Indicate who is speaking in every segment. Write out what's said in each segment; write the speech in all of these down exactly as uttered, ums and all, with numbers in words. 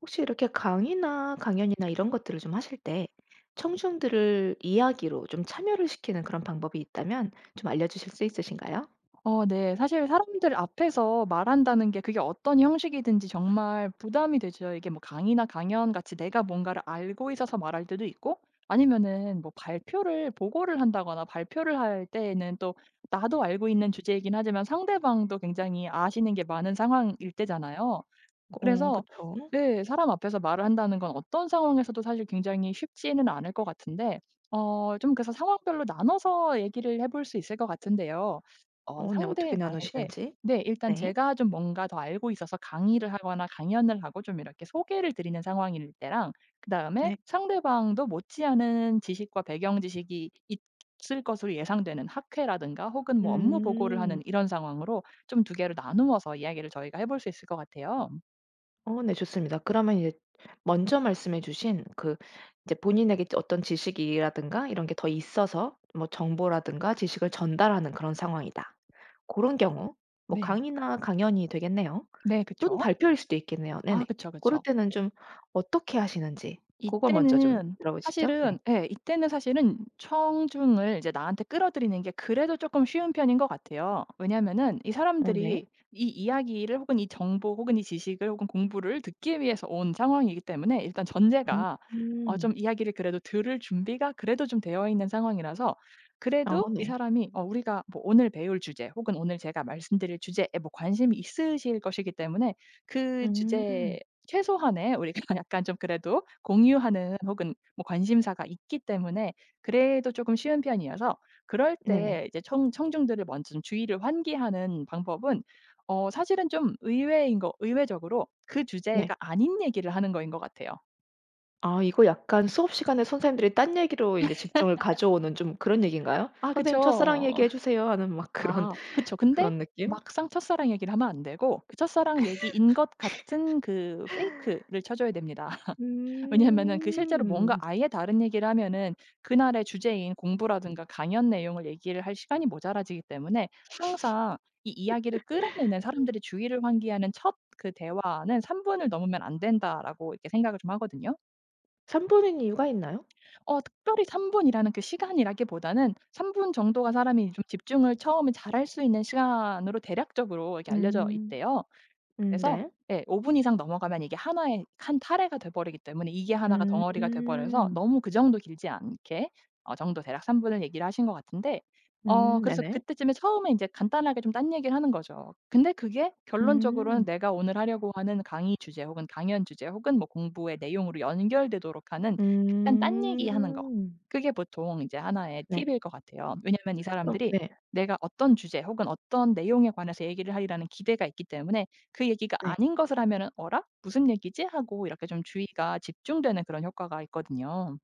Speaker 1: 혹시 이렇게 강의나 강연이나 이런 것들을 좀 하실 때 청중들을 이야기로 좀 참여를 시키는 그런 방법이 있다면 좀 알려주실 수 있으신가요?
Speaker 2: 어 네. 사실 사람들 앞에서 말한다는 게 그게 어떤 형식이든지 정말 부담이 되죠. 이게 뭐 강의나 강연 같이 내가 뭔가를 알고 있어서 말할 때도 있고 아니면은 뭐 발표를 보고를 한다거나 발표를 할 때에는 또 나도 알고 있는 주제이긴 하지만 상대방도 굉장히 아시는 게 많은 상황일 때잖아요.
Speaker 1: 어
Speaker 2: 그래서
Speaker 1: 그쵸.
Speaker 2: 네, 사람 앞에서 말을 한다는 건 어떤 상황에서도 사실 굉장히 쉽지는 않을 것 같은데 어 좀 그래서 상황별로 나눠서 얘기를 해볼 수 있을 것 같은데요. 어
Speaker 1: 어 네. 어떻게
Speaker 2: 상대방에게.
Speaker 1: 나누시는지.
Speaker 2: 네, 일단
Speaker 1: 네.
Speaker 2: 제가 좀 뭔가 더 알고 있어서 강의를 하거나 강연을 하고 좀 이렇게 소개를 드리는 상황일 때랑 그다음에
Speaker 1: 네.
Speaker 2: 상대방도 못지않은 지식과 배경 지식이 있을 것으로 예상되는 학회라든가 혹은 뭐 업무 보고를 하는
Speaker 1: 음.
Speaker 2: 이런 상황으로 좀 두 개를 나누어서 이야기를 저희가 해볼 수 있을 것 같아요.
Speaker 1: 어 네 좋습니다. 그러면 이제 먼저 말씀해 주신 그 이제 본인에게 어떤 지식이라든가 이런 게 더 있어서 뭐 정보라든가 지식을 전달하는 그런 상황이다. 그런 경우 뭐
Speaker 2: 네.
Speaker 1: 강의나 강연이 되겠네요.
Speaker 2: 네,
Speaker 1: 또는
Speaker 2: 그쵸.
Speaker 1: 발표일 수도 있겠네요.
Speaker 2: 아
Speaker 1: 네네.
Speaker 2: 그쵸,
Speaker 1: 그럴
Speaker 2: 그쵸.
Speaker 1: 때는 좀 어떻게 하시는지 그걸 먼저 좀
Speaker 2: 이때는
Speaker 1: 들어보시죠.
Speaker 2: 사실은
Speaker 1: 네.
Speaker 2: 예, 이때는 사실은 청중을 이제 나한테 끌어들이는 게 그래도 쪼끔 쉬운 편인 것 같아요. 왜냐면은 하이
Speaker 1: 어 네.
Speaker 2: 사람들이 이 이야기를 혹은 이 정보 혹은 이 지식을 혹은 공부를 듣기 위해서 온 상황이기 때문에 일단 전제가 어
Speaker 1: 음.
Speaker 2: 좀 이야기를 그래도 들을 준비가 그래도 좀 되어 있는 상황이라서
Speaker 1: 아
Speaker 2: 그래도 이
Speaker 1: 네.
Speaker 2: 사람이 어 우리가 뭐 오늘 배울 주제 혹은 오늘 제가 말씀드릴 주제에 뭐 관심이 있으실 것이기 때문에 그 주제에
Speaker 1: 음.
Speaker 2: 최소한의 우리가 약간 좀 그래도 공유하는 혹은 뭐 관심사가 있기 때문에 그래도 조금 쉬운 편이어서, 그럴
Speaker 1: 네네.
Speaker 2: 때 이제 청 청중들을 먼저 좀 주의를 환기하는 방법은 어 사실은 좀 의외인 거, 의외적으로 그
Speaker 1: 네.
Speaker 2: 주제가 아닌 얘기를 하는 거인 것 같아요.
Speaker 1: 아 이거 약간 수업 시간에 선생님들이 딴 얘기로 인제 집중을 가져오는 좀 그런 얘기인가요?
Speaker 2: 아
Speaker 1: "선생님 첫사랑
Speaker 2: 그쵸.
Speaker 1: 얘기해 주세요." 하는 막 그런
Speaker 2: 아 그쵸. 근데
Speaker 1: 그런 느낌?
Speaker 2: 막상 첫사랑 얘기를 하면 안 되고 그 첫사랑 얘기인 것 같은 그 페이크를 쳐줘야 됩니다. 왜냐하면은 그 실제로 뭔가
Speaker 1: 음.
Speaker 2: 아예 다른 얘기를 하면은 그날의 주제인 공부라든가 강연 내용을 얘기를 할 시간이 모자라지기 때문에 항상 이 이야기를 끌어내는 사람들의 주의를 환기하는 첫 그 대화는 삼 분을 넘으면 안 된다라고 이렇게 생각을 좀 하거든요.
Speaker 1: 삼 분인 이유가 있나요?
Speaker 2: 어 특별히 삼 분이라는 그 시간이라기보다는 삼 분 정도가 사람이 좀 집중을 처음에 잘할 수 있는 시간으로 대략적으로 이렇게 알려져
Speaker 1: 음.
Speaker 2: 있대요.
Speaker 1: 음
Speaker 2: 그래서
Speaker 1: 네.
Speaker 2: 예, 오 분 이상 넘어가면 이게 하나의 한 타래가 돼 버리기 때문에 이게 하나가 덩어리가 돼 버려서
Speaker 1: 음.
Speaker 2: 너무 그 정도 길지 않게 어 정도 대략 삼 분을 얘기를 하신 것 같은데 어
Speaker 1: 음
Speaker 2: 그래서
Speaker 1: 네네.
Speaker 2: 그때쯤에 처음에 이제 간단하게 좀 딴 얘기를 하는 거죠. 근데 그게 결론적으로는
Speaker 1: 음.
Speaker 2: 내가 오늘 하려고 하는 강의 주제 혹은 강연 주제 혹은 뭐 공부의 내용으로 연결되도록 하는 약간 딴 얘기하는 거.
Speaker 1: 음.
Speaker 2: 그게 보통 이제 하나의
Speaker 1: 네.
Speaker 2: 팁일 것 같아요. 왜냐하면 이
Speaker 1: 그럼
Speaker 2: 사람들이
Speaker 1: 네.
Speaker 2: 내가 어떤 주제 혹은 어떤 내용에 관해서 얘기를 하리라는 기대가 있기 때문에 그 얘기가
Speaker 1: 네.
Speaker 2: 아닌 것을 하면은 '어라? 무슨 얘기지?' 하고 이렇게 좀 주의가 집중되는 그런 효과가 있거든요.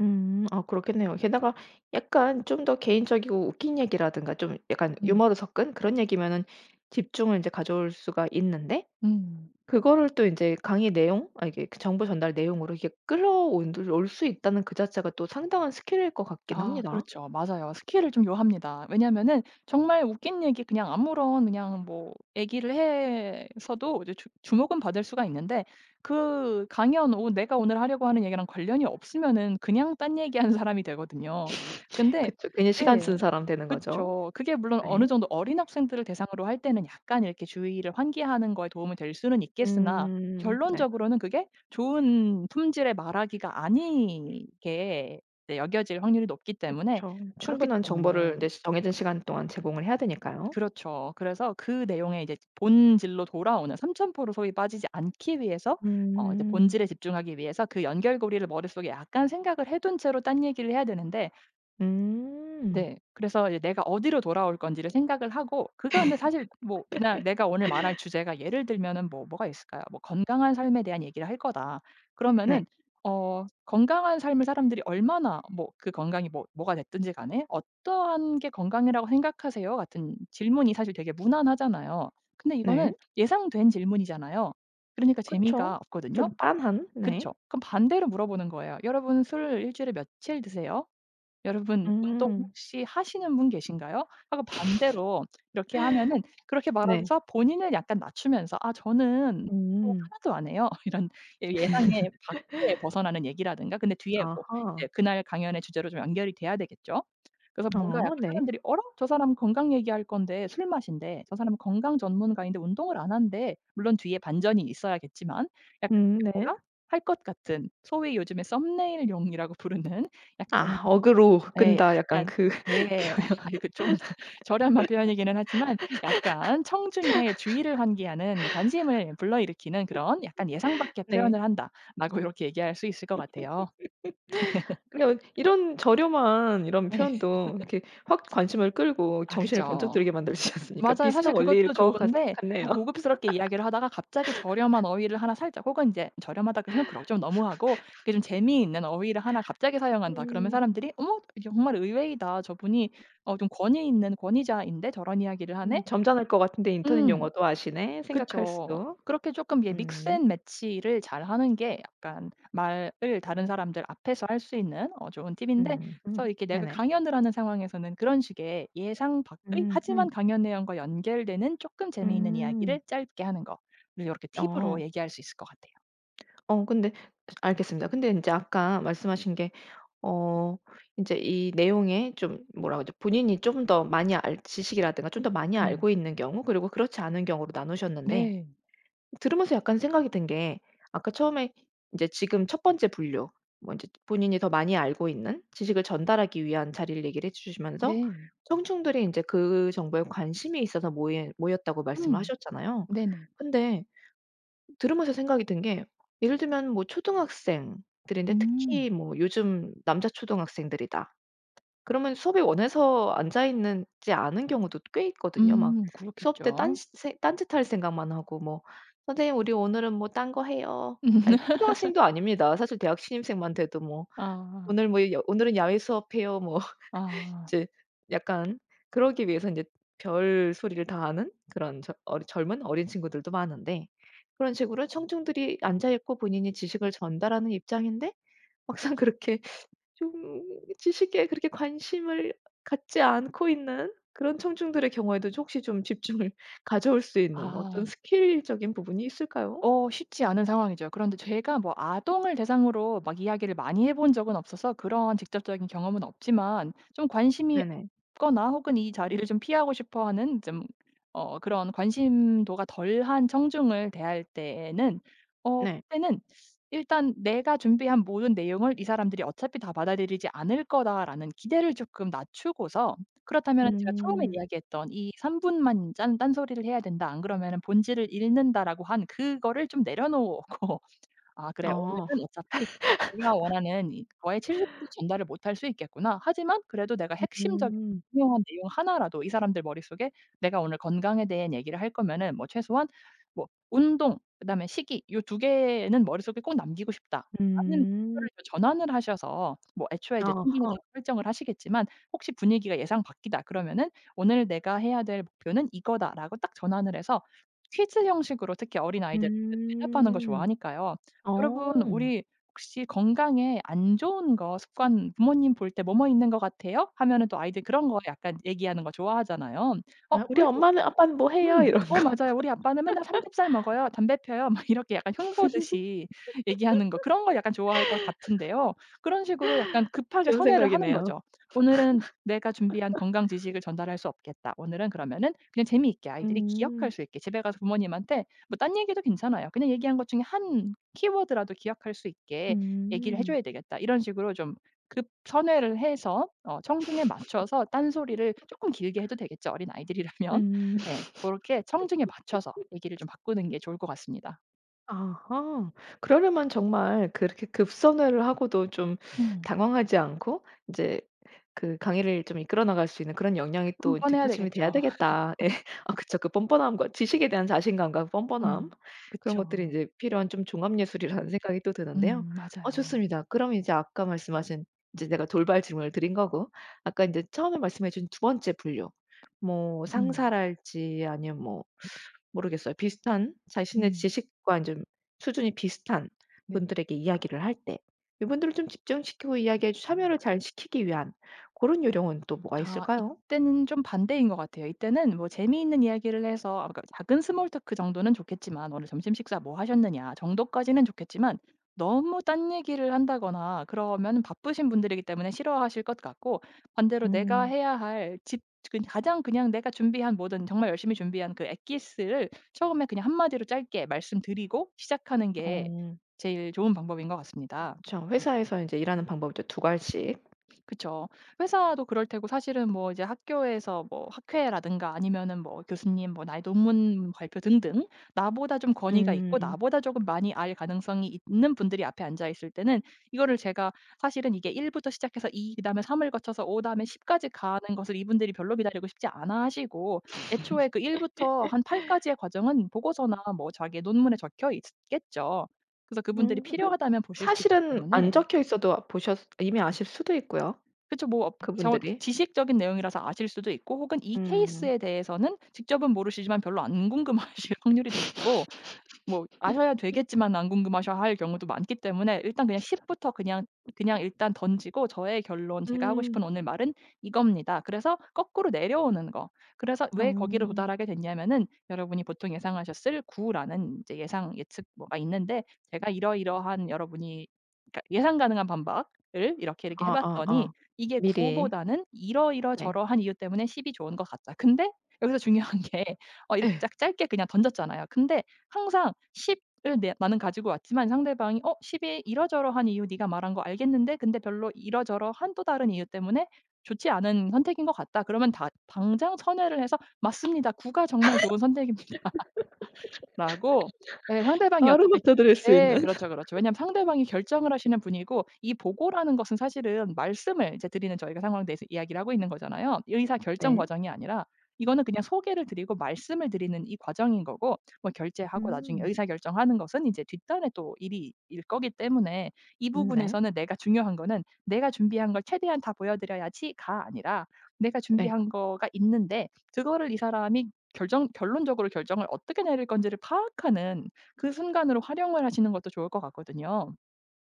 Speaker 1: 음 아 그렇겠네요. 게다가 약간 좀 더 개인적이고 웃긴 얘기라든가 좀 약간
Speaker 2: 음,
Speaker 1: 유머를 섞은 그런 얘기면은 집중을 인제 가져올 수가 있는데
Speaker 2: 음.
Speaker 1: 그거를 또 인제 강의 내용 아 이게 그 정보 전달 내용으로 이게 끌어온 들 올 수 있다는 그 자체가 또 상당한 스킬일 것 같긴
Speaker 2: 아
Speaker 1: 합니다.
Speaker 2: 그렇죠. 맞아요. 스킬을 좀 요합니다. 왜냐면은 정말 웃긴 얘기 그냥 아무런 그냥 뭐 얘기를 해서도 이제 주 주목은 받을 수가 있는데 그 강연 오 내가 오늘 하려고 하는 얘기랑 관련이 없으면은 그냥 딴 얘기하는 사람이 되거든요. 근데
Speaker 1: 그쵸. 괜히 시간
Speaker 2: 예.
Speaker 1: 쓴 사람 되는 거죠.
Speaker 2: 그쵸. 그게 물론 어느
Speaker 1: 네.
Speaker 2: 정도 어린 학생들을 대상으로 할 때는 약간 이렇게 주의를 환기하는 거에 도움이 될 수는 있겠으나
Speaker 1: 음 네.
Speaker 2: 결론적으로는 그게 좋은 품질의 말하기가 아니게 이제 여겨질 확률이 높기 때문에,
Speaker 1: 그쵸.
Speaker 2: 그렇기
Speaker 1: 충분한 정보를
Speaker 2: 때문에
Speaker 1: 인제 시 정해진 시간 동안 제공을 해야 되니까요.
Speaker 2: 그렇죠. 그래서 그 내용의 이제 본질로 돌아오는, 삼천포로 소위 빠지지 않기 위해서 어 이제
Speaker 1: 음.
Speaker 2: 본질에 집중하기 위해서 그 연결고리를 머릿속에 약간 생각을 해둔 채로 딴 얘기를 해야 되는데.
Speaker 1: 음.
Speaker 2: 네. 그래서 이제 내가 어디로 돌아올 건지를 생각을 하고 그가 근데 사실 뭐 그냥 내가 오늘 말할 주제가 예를 들면은 뭐 뭐가 있을까요? 뭐 "건강한 삶에 대한 얘기를 할 거다."
Speaker 1: 네.
Speaker 2: 그러면은 어 건강한 삶을 사람들이 얼마나, 뭐 그 건강이 뭐 뭐가 됐든지 간에 "어떠한 게 건강이라고 생각하세요?" 같은 질문이 사실 되게 무난하잖아요. 근데 이거는
Speaker 1: 네.
Speaker 2: 예상된 질문이잖아요. 그러니까 재미가
Speaker 1: 그쵸.
Speaker 2: 없거든요.
Speaker 1: 좀 빤한 네.
Speaker 2: 그쵸? 그럼 반대로 물어보는 거예요. "여러분 술 일주일에 며칠 드세요?" "여러분 운동
Speaker 1: 음.
Speaker 2: 혹시 하시는 분 계신가요?" 하고 반대로 이렇게 하면은, 그렇게
Speaker 1: 네.
Speaker 2: 말하고서 본인을 약간 낮추면서 "아 저는 운동을
Speaker 1: 음.
Speaker 2: 하나도 안 해요." 이런 예, 예상에 밖에 벗어나는 얘기라든가 근데 뒤에 뭐
Speaker 1: 아하.
Speaker 2: 이제 그날 강연의 주제로 좀 연결이 돼야 되겠죠. 그래서 뭔가 약간
Speaker 1: 어 네.
Speaker 2: 사람들이 '어라? 저 사람 건강 얘기할 건데 술 마신대. 저 사람은 건강 전문가인데 운동을 안 한대.' 물론 뒤에 반전이 있어야겠지만 약간
Speaker 1: 음
Speaker 2: 이렇게
Speaker 1: 네.
Speaker 2: '어라?' 할 것 같은 소위 요즘에 썸네일용이라고 부르는 약간
Speaker 1: '아 어그로
Speaker 2: 예,
Speaker 1: 끈다.' 약간
Speaker 2: 약간
Speaker 1: 그
Speaker 2: 예.
Speaker 1: 표현.
Speaker 2: 아 이거 좀 저렴한 표현이기는 하지만 약간 청중의 주의를 환기하는, 관심을 불러일으키는 그런 약간 예상 밖의
Speaker 1: 네.
Speaker 2: 표현을 한다라고 이렇게 얘기할 수 있을 것 같아요.
Speaker 1: 그냥 이런 저렴한 이런
Speaker 2: 네.
Speaker 1: 표현도 이렇게 확 관심을 끌고
Speaker 2: 아
Speaker 1: 정신을 번쩍
Speaker 2: 그쵸.
Speaker 1: 들게 만들지 않습니까?
Speaker 2: 맞아요. 사실
Speaker 1: 비슷한 원리일
Speaker 2: 그것도
Speaker 1: 것 같
Speaker 2: 좋은데
Speaker 1: 같네요.
Speaker 2: 뭐 고급스럽게 이야기를 하다가 갑자기 저렴한 어휘를 하나 살짝, 혹은 이제 저렴하다 그러면 그러 좀 너무하고 그게 좀 재미있는 어휘를 하나 갑자기 사용한다. 그러면
Speaker 1: 음.
Speaker 2: 사람들이 '어머 이게 정말 의외이다. 저분이 어 좀 권위 있는 권위자인데 저런 이야기를
Speaker 1: 음.
Speaker 2: 하네?'
Speaker 1: 점잖을 것 같은데 인터넷
Speaker 2: 음.
Speaker 1: 용어도 아시네 생각할
Speaker 2: 그쵸.
Speaker 1: 수도.
Speaker 2: 그렇게 조금 예, 믹스
Speaker 1: 음.
Speaker 2: 앤 매치를 잘하는 게 약간 말을 다른 사람들 앞에서 할 수 있는 어 좋은 팁인데,
Speaker 1: 음. 음.
Speaker 2: 그래서 이렇게 내가
Speaker 1: 네네.
Speaker 2: 강연을 하는 상황에서는 그런 식의 예상 밖의
Speaker 1: 음음.
Speaker 2: 하지만
Speaker 1: 음.
Speaker 2: 강연 내용과 연결되는 조금 재미있는
Speaker 1: 음.
Speaker 2: 이야기를 짧게 하는 거를 이렇게 팁으로
Speaker 1: 어.
Speaker 2: 얘기할 수 있을 것 같아요.
Speaker 1: 어 근데 알겠습니다. 근데 이제 아까 말씀하신 게 어 이제 이 내용에 좀 뭐라 그러죠? 본인이 좀 더 많이 알 지식이라든가 좀 더 많이
Speaker 2: 음.
Speaker 1: 알고 있는 경우 그리고 그렇지 않은 경우로 나누셨는데
Speaker 2: 네.
Speaker 1: 들으면서 약간 생각이 든 게 아까 처음에 이제 지금 첫 번째 분류 뭐 인제 본인이 더 많이 알고 있는 지식을 전달하기 위한 자리를 얘기를 해 주시면서
Speaker 2: 네.
Speaker 1: 청중들이 인제 그 정보에 관심이 있어서 모인 모였다고 말씀을
Speaker 2: 음.
Speaker 1: 하셨잖아요.
Speaker 2: 네네.
Speaker 1: 근데 들으면서 생각이 든 게 예를 들면 뭐 초등학생들인데
Speaker 2: 음.
Speaker 1: 특히 뭐 요즘 남자 초등학생들이다. 그러면 수업에 원해서 앉아 있는 지 않은 경우도 꽤 있거든요. 막
Speaker 2: 음.
Speaker 1: 수업 때
Speaker 2: 그렇겠죠.
Speaker 1: 딴짓 딴짓할 생각만 하고 뭐 "선생님 우리 오늘은 뭐 딴 거 해요." 아니 초등학생도 아닙니다. 사실 대학 신입생만 돼도 뭐
Speaker 2: 아.
Speaker 1: "오늘 뭐 여 오늘은 야외 수업해요." 뭐
Speaker 2: 아.
Speaker 1: 이제 약간 그러기 위해서 이제 별소리를 다 하는 그런 저 어리 젊은 어린 친구들도 많은데 그런 식으로 청중들이 앉아 있고 본인이 지식을 전달하는 입장인데 막상 그렇게 좀 지식에 그렇게 관심을 갖지 않고 있는 그런 청중들의 경우에도 혹시 좀 집중을 가져올 수 있는 어떤
Speaker 2: 아.
Speaker 1: 스킬적인 부분이 있을까요?
Speaker 2: 어 쉽지 않은 상황이죠. 그런데 제가 뭐 아동을 대상으로 막 이야기를 많이 해본 적은 없어서 그런 직접적인 경험은 없지만 좀 관심이
Speaker 1: 네네.
Speaker 2: 거나 혹은 이 자리를 좀 피하고 싶어 하는 좀 어 그런 관심도가 덜한 청중을 대할 때에는, 어
Speaker 1: 네.
Speaker 2: 그때는 일단 내가 준비한 모든 내용을 '이 사람들이 어차피 다 받아들이지 않을 거다.'라는 기대를 조금 낮추고서, 그렇다면 제가 처음에
Speaker 1: 음.
Speaker 2: 이야기했던 이 삼 분만 짠 딴소리를 해야 된다. 안 그러면 본질을 잃는다.'라고 한 그거를 좀 내려놓고 '아 그래.
Speaker 1: 아.
Speaker 2: 오늘은 어차피 내가 원하는 이 거의 칠십 퍼센트 전달을 못할 수 있겠구나. 하지만 그래도 내가 핵심적인
Speaker 1: 음.
Speaker 2: 중요한 내용 하나라도 이 사람들 머릿속에, 내가 오늘 건강에 대한 얘기를 할 거면은 뭐 최소한 뭐 운동 그다음에 식이 요 두 개는 머릿속에 꼭 남기고 싶다.'라는
Speaker 1: 음.
Speaker 2: 목표를 좀 전환을 하셔서, 뭐 애초에 이제 챙기면서
Speaker 1: 아하.
Speaker 2: 설정을 하시겠지만 혹시 분위기가 예상 밖이다 그러면은 '오늘 내가 해야 될 목표는 이거다.'라고 딱 전환을 해서 퀴즈 형식으로, 특히 어린아이들은 대답하는 거
Speaker 1: 음.
Speaker 2: 좋아하니까요. "여러분
Speaker 1: 어.
Speaker 2: 우리 혹시 건강에 안 좋은 거 습관 부모님 볼 때 뭐뭐 있는 것 같아요?" 하면은 또 아이들 그런 거 약간 얘기하는 거 좋아하잖아요. "어
Speaker 1: 아 '우리
Speaker 2: 우리
Speaker 1: 엄마는 아빠는 뭐 해요?'
Speaker 2: 음.
Speaker 1: 이런
Speaker 2: "어 맞아요. 우리 아빠는 맨날 삼겹살 먹어요. 담배 펴요." 막 이렇게 약간 흉보듯이 얘기하는 거, 그런 거 약간 좋아할 것 같은데요. 그런 식으로 약간 급하게
Speaker 1: 좋은
Speaker 2: 선회를 하는
Speaker 1: 생각이네요.
Speaker 2: 거죠. '오늘은 내가 준비한 건강 지식을 전달할 수 없겠다. 오늘은 그러면은 그냥 재미있게 아이들이 기억할
Speaker 1: 음.
Speaker 2: 수 있게 집에 가서 부모님한테' 뭐 딴 얘기도 괜찮아요. '그냥 얘기한 것 중에 한 키워드라도 기억할 수 있게 얘기를 해
Speaker 1: 음.
Speaker 2: 줘야 되겠다.' 이런 식으로 좀 급 선회를 해서 어 청중에 맞춰서 딴소리를 쪼끔 길게 해도 되겠죠, 어린아이들이라면.
Speaker 1: 음.
Speaker 2: 네. 그렇게 청중에 맞춰서 얘기를 좀 바꾸는 게 좋을 것 같습니다.
Speaker 1: 아하. 그러려면 정말 그렇게 급선회를 하고도 좀 음.
Speaker 2: 음.
Speaker 1: 당황하지 않고 이제 그 강의를 좀 이끌어 나갈 수 있는 그런 역량이 또
Speaker 2: 뻔뻔해야
Speaker 1: 뒷받침이 돼야
Speaker 2: 되겠죠.
Speaker 1: 되겠다. 예. 아 그쵸. 그 뻔뻔함과 지식에 대한 자신감과 뻔뻔함
Speaker 2: 음.
Speaker 1: 그런 것들이
Speaker 2: 그쵸.
Speaker 1: 인제 필요한 좀 종합 예술이라는 생각이 또 드는데요.
Speaker 2: 음,
Speaker 1: 어
Speaker 2: 맞아요.
Speaker 1: 좋습니다. 그럼 이제 아까 말씀하신 이제 내가 돌발 질문을 드린 거고 아까 인제 처음에 말씀해 주신 두 번째 분류 뭐
Speaker 2: 음.
Speaker 1: 상사랄지 아니면 뭐 모르겠어요. 비슷한 자신의
Speaker 2: 음.
Speaker 1: 지식과 좀 수준이 비슷한
Speaker 2: 네.
Speaker 1: 분들에게 이야기를 할 때 이분들을 좀 집중시키고 이야기에 참여를 잘 시키기 위한 그런 요령은 또 뭐가
Speaker 2: 아
Speaker 1: 있을까요?
Speaker 2: 이때는 좀 반대인 것 같아요. 이때는 뭐 재미있는 이야기를 해서 아까 작은 스몰 토크 정도는 좋겠지만 "오늘 점심 식사 뭐 하셨느냐." 정도까지는 좋겠지만 너무 딴 얘기를 한다거나 그러면 바쁘신 분들이기 때문에 싫어하실 것 같고, 반대로 내가
Speaker 1: 음.
Speaker 2: 해야 할 집 그 가장 그냥 내가 준비한 모든 정말 열심히 준비한 그 엑기스를 처음에 그냥 한 마디로 짧게 말씀드리고 시작하는 게
Speaker 1: 어
Speaker 2: 제일 좋은 방법인 것 같습니다.
Speaker 1: 그쵸. 회사에서 인제 일하는 방법이 이제 두 가지씩.
Speaker 2: 그쵸. 회사도 그럴 테고 사실은 뭐 이제 학교에서 뭐 학회라든가 아니면은 뭐 교수님 뭐 나의 논문 발표 등등 나보다 좀 권위가 있고
Speaker 1: 음.
Speaker 2: 나보다 조금 많이 알 가능성이 있는 분들이 앞에 앉아 있을 때는 이거를 제가 사실은 이게 일 부터 시작해서 이 그다음에 삼을 거쳐서 오 다음에 십 까지 가는 것을 이분들이 별로 기다리고 싶지 않아 하시고 애초에 그 일 부터 한 팔 까지의 과정은 보고서나 뭐 자기의 논문에 적혀 있겠죠. 그래서 그분들이
Speaker 1: 음 그
Speaker 2: 필요하다면 보실 수 있기
Speaker 1: 사실은
Speaker 2: 때문에.
Speaker 1: 안 적혀 있어도 보셨 이미 아실 수도 있고요,
Speaker 2: 그쵸. 뭐 업 저
Speaker 1: 그분들이.
Speaker 2: 지식적인 내용이라서 아실 수도 있고 혹은 이
Speaker 1: 음.
Speaker 2: 케이스에 대해서는 직접은 모르시지만 별로 안 궁금하실 확률이 높고 뭐 아셔야 되겠지만 안 궁금하셔 할 경우도 많기 때문에, 일단 그냥 십 부터 그냥 그냥 일단 던지고 저의 결론, 제가 하고
Speaker 1: 음.
Speaker 2: 싶은 오늘 말은 이겁니다. 그래서 거꾸로 내려오는 거. 그래서 왜 거기로
Speaker 1: 어.
Speaker 2: 도달하게 됐냐면은 여러분이 보통 예상하셨을 구라는 라는 이제 예상 예측 뭐가 있는데 제가 이러이러한 여러분이, 그러니까 예상 가능한 반박을 이렇게, 이렇게 해 봤더니
Speaker 1: 어어어.
Speaker 2: 이게 구
Speaker 1: 미리.
Speaker 2: 보다는
Speaker 1: 네.
Speaker 2: 이러이러저러한 이유 때문에 십이 좋은 것 같다. 근데 여기서 중요한 게 어 이렇게
Speaker 1: 예.
Speaker 2: 짝 짧게 그냥 던졌잖아요. 근데 항상 십 을 내 나는 가지고 왔지만 상대방이 "어 십이 이러저러한 이유 네가 말한 거 알겠는데 근데 별로 이러저러한 또 다른 이유 때문에 좋지 않은 선택인 것 같다." 그러면 다 당장 선회를 해서 "맞습니다. 구가 정말 좋은 선택입니다." 라고, 예 상대방이
Speaker 1: 바로
Speaker 2: 어차피,
Speaker 1: 맞춰드릴 수
Speaker 2: 예
Speaker 1: 있는.
Speaker 2: 그렇죠, 그렇죠. 왜냐하면 상대방이 결정을 하시는 분이고 이 보고라는 것은 사실은 말씀을 이제 드리는 저희가 상황에 대해서 이야기를 하고 있는 거잖아요. 의사결정
Speaker 1: 네.
Speaker 2: 과정이 아니라 이거는 그냥 소개를 드리고 말씀을 드리는 이 과정인 거고 뭐 결제하고 나중에
Speaker 1: 음.
Speaker 2: 의사결정하는 것은 이제 뒷단의 또 일이 일 거기 때문에 이
Speaker 1: 음 네.
Speaker 2: 부분에서는 내가 중요한 거는 '내가 준비한 걸 최대한 다 보여 드려야지.'가 아니라 '내가
Speaker 1: 네.
Speaker 2: 준비한 거가 있는데 그거를 이 사람이 결정, 결론적으로 결정을 어떻게 내릴 건지를 파악하는 그 순간으로 활용을 하시는 것도 좋을 것 같거든요.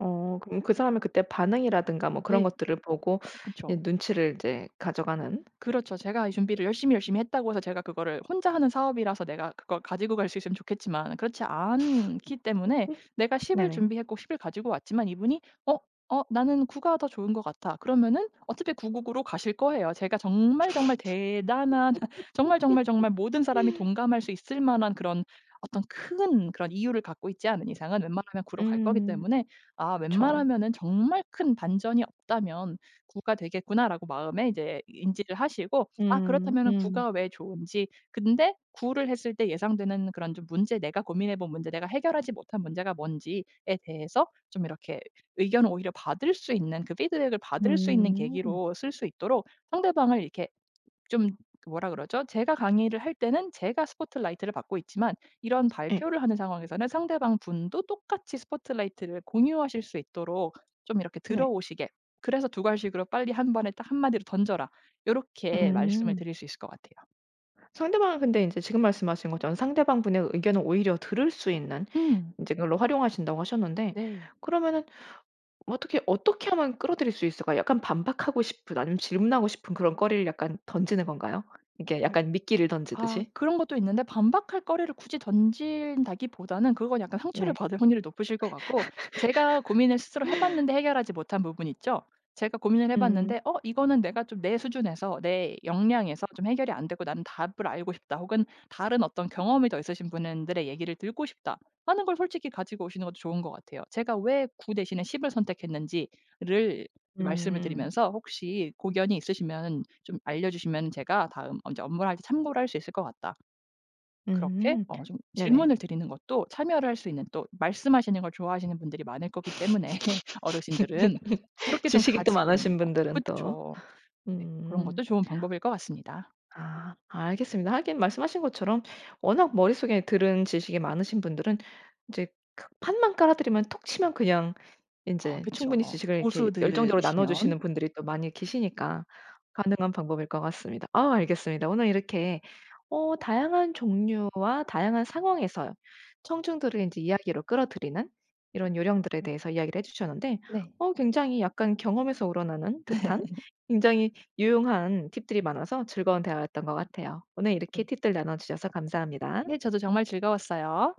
Speaker 1: 어 그럼 그 사람의 그때 반응이라든가 뭐 그런
Speaker 2: 네.
Speaker 1: 것들을 보고
Speaker 2: 그쵸.
Speaker 1: 이 눈치를 이제 가져가는.
Speaker 2: 그렇죠. 제가 이 준비를 열심히 열심히 했다고 해서 제가 그거를 혼자 하는 사업이라서 내가 그걸 가지고 갈 수 있으면 좋겠지만 그렇지 않기 때문에, 내가 십을
Speaker 1: 네네.
Speaker 2: 준비했고 십을 가지고 왔지만 이분이 "어 어 나는 구가 더 좋은 것 같아." 그러면은 어차피 구 으로 가실 거예요. 제가 정말 정말 대단한 정말 정말 정말 모든 사람이 동감할 수 있을 만한 그런 어떤 큰 그런 이유를 갖고 있지 않은 이상은 웬만하면 구로 갈 거기
Speaker 1: 음
Speaker 2: 때문에. 아
Speaker 1: 그쵸.
Speaker 2: 웬만하면은 정말 큰 반전이 없다면 '구가 되겠구나.'라고 마음에 이제 인지를 하시고, 아
Speaker 1: 음
Speaker 2: 그렇다면은
Speaker 1: 음.
Speaker 2: 구가 왜 좋은지, 근데 구를 했을 때 예상되는 그런 좀 문제, 내가 고민해 본 문제, 내가 해결하지 못한 문제가 뭔지에 대해서 좀 이렇게 의견을 오히려 받을 수 있는, 그 피드백을 받을 수 있는
Speaker 1: 음.
Speaker 2: 계기로 쓸 수 있도록 상대방을 이렇게 좀, 뭐라 그러죠? 제가 강의를 할 때는 제가 스포트라이트를 받고 있지만 이런
Speaker 1: 예.
Speaker 2: 발표를 하는 상황에서는 상대방 분도 똑같이 스포트라이트를 공유하실 수 있도록 좀 이렇게
Speaker 1: 네.
Speaker 2: 들어오시게. 그래서 두괄식으로 "빨리 한 번에 딱 한 마디로 던져라." 요렇게 말씀을
Speaker 1: 음.
Speaker 2: 드릴 수 있을 것 같아요.
Speaker 1: 상대방은 근데 인제 지금 말씀하신 것처럼 상대방분의 의견을 오히려 들을 수 있는
Speaker 2: 음.
Speaker 1: 인제 그걸로 활용하신다고 하셨는데
Speaker 2: 네.
Speaker 1: 그러면은 어떻게, 어떻게 하면 끌어들일 수 있을까요? 약간 반박하고 싶은 아니면 질문하고 싶은 그런 거리를 약간 던지는 건가요? 이게 약간 미끼를
Speaker 2: 아
Speaker 1: 던지듯이?
Speaker 2: 그런 것도 있는데 반박할 거리를 굳이 던진다기보다는 그건 약간 상처를
Speaker 1: 네.
Speaker 2: 받을 확률이 높으실 것 같고, 제가 고민을 스스로 해 봤는데 해결하지 못한 부분 있죠. 제가 고민을 해
Speaker 1: 음.
Speaker 2: 봤는데 '어 이거는 내가 좀 내 수준에서 내 역량에서 좀 해결이 안 되고 나는 답을 알고 싶다.' 혹은 '다른 어떤 경험이 더 있으신 분들의 얘기를 듣고 싶다.' 하는 걸 솔직히 가지고 오시는 것도 좋은 것 같아요. 제가 왜 구 대신에 십을 선택했는지를 말씀을
Speaker 1: 음.
Speaker 2: 드리면서 혹시 고견이 있으시면 좀 알려주시면 제가 다음, 어제 업무를 할 때 참고를 할 수 있을 것 같다. 그렇게
Speaker 1: 음.
Speaker 2: 어 좀
Speaker 1: 네네.
Speaker 2: 질문을 드리는 것도 참여를 할 수 있는, 또 말씀하시는 걸 좋아하시는 분들이 많을 거기 때문에 어르신들은 그렇게 좀
Speaker 1: 지식이 또
Speaker 2: 가지고 오는
Speaker 1: 많으신
Speaker 2: 거.
Speaker 1: 분들은 또.
Speaker 2: 그쵸. 네. 그런
Speaker 1: 음.
Speaker 2: 것도 좋은 방법일 것 같습니다.
Speaker 1: 아 알겠습니다. 하긴 말씀하신 것처럼 워낙 머릿속에 들은 지식이 많으신 분들은 이제 그 판만 깔아드리면 톡 치면 그냥
Speaker 2: 그
Speaker 1: 인제 충분히
Speaker 2: 그쵸.
Speaker 1: 지식을 이렇게 열정적으로 나눠
Speaker 2: 고수들이시면.
Speaker 1: 주시는 분들이 또 많이 계시니까 가능한 방법일 것 같습니다. 아 알겠습니다. 오늘 이렇게 어 다양한 종류와 다양한 상황에서 청중들을 인제 이야기로 끌어들이는 이런 요령들에 대해서 이야기를 해 주셨는데
Speaker 2: 네.
Speaker 1: 어 굉장히 약간 경험에서 우러나는 듯한 굉장히 유용한 팁들이 많아서 즐거운 대화였던 것 같아요. 오늘 이렇게
Speaker 2: 네,
Speaker 1: 팁들 나눠 주셔서 감사합니다.
Speaker 2: 네 저도 정말 즐거웠어요.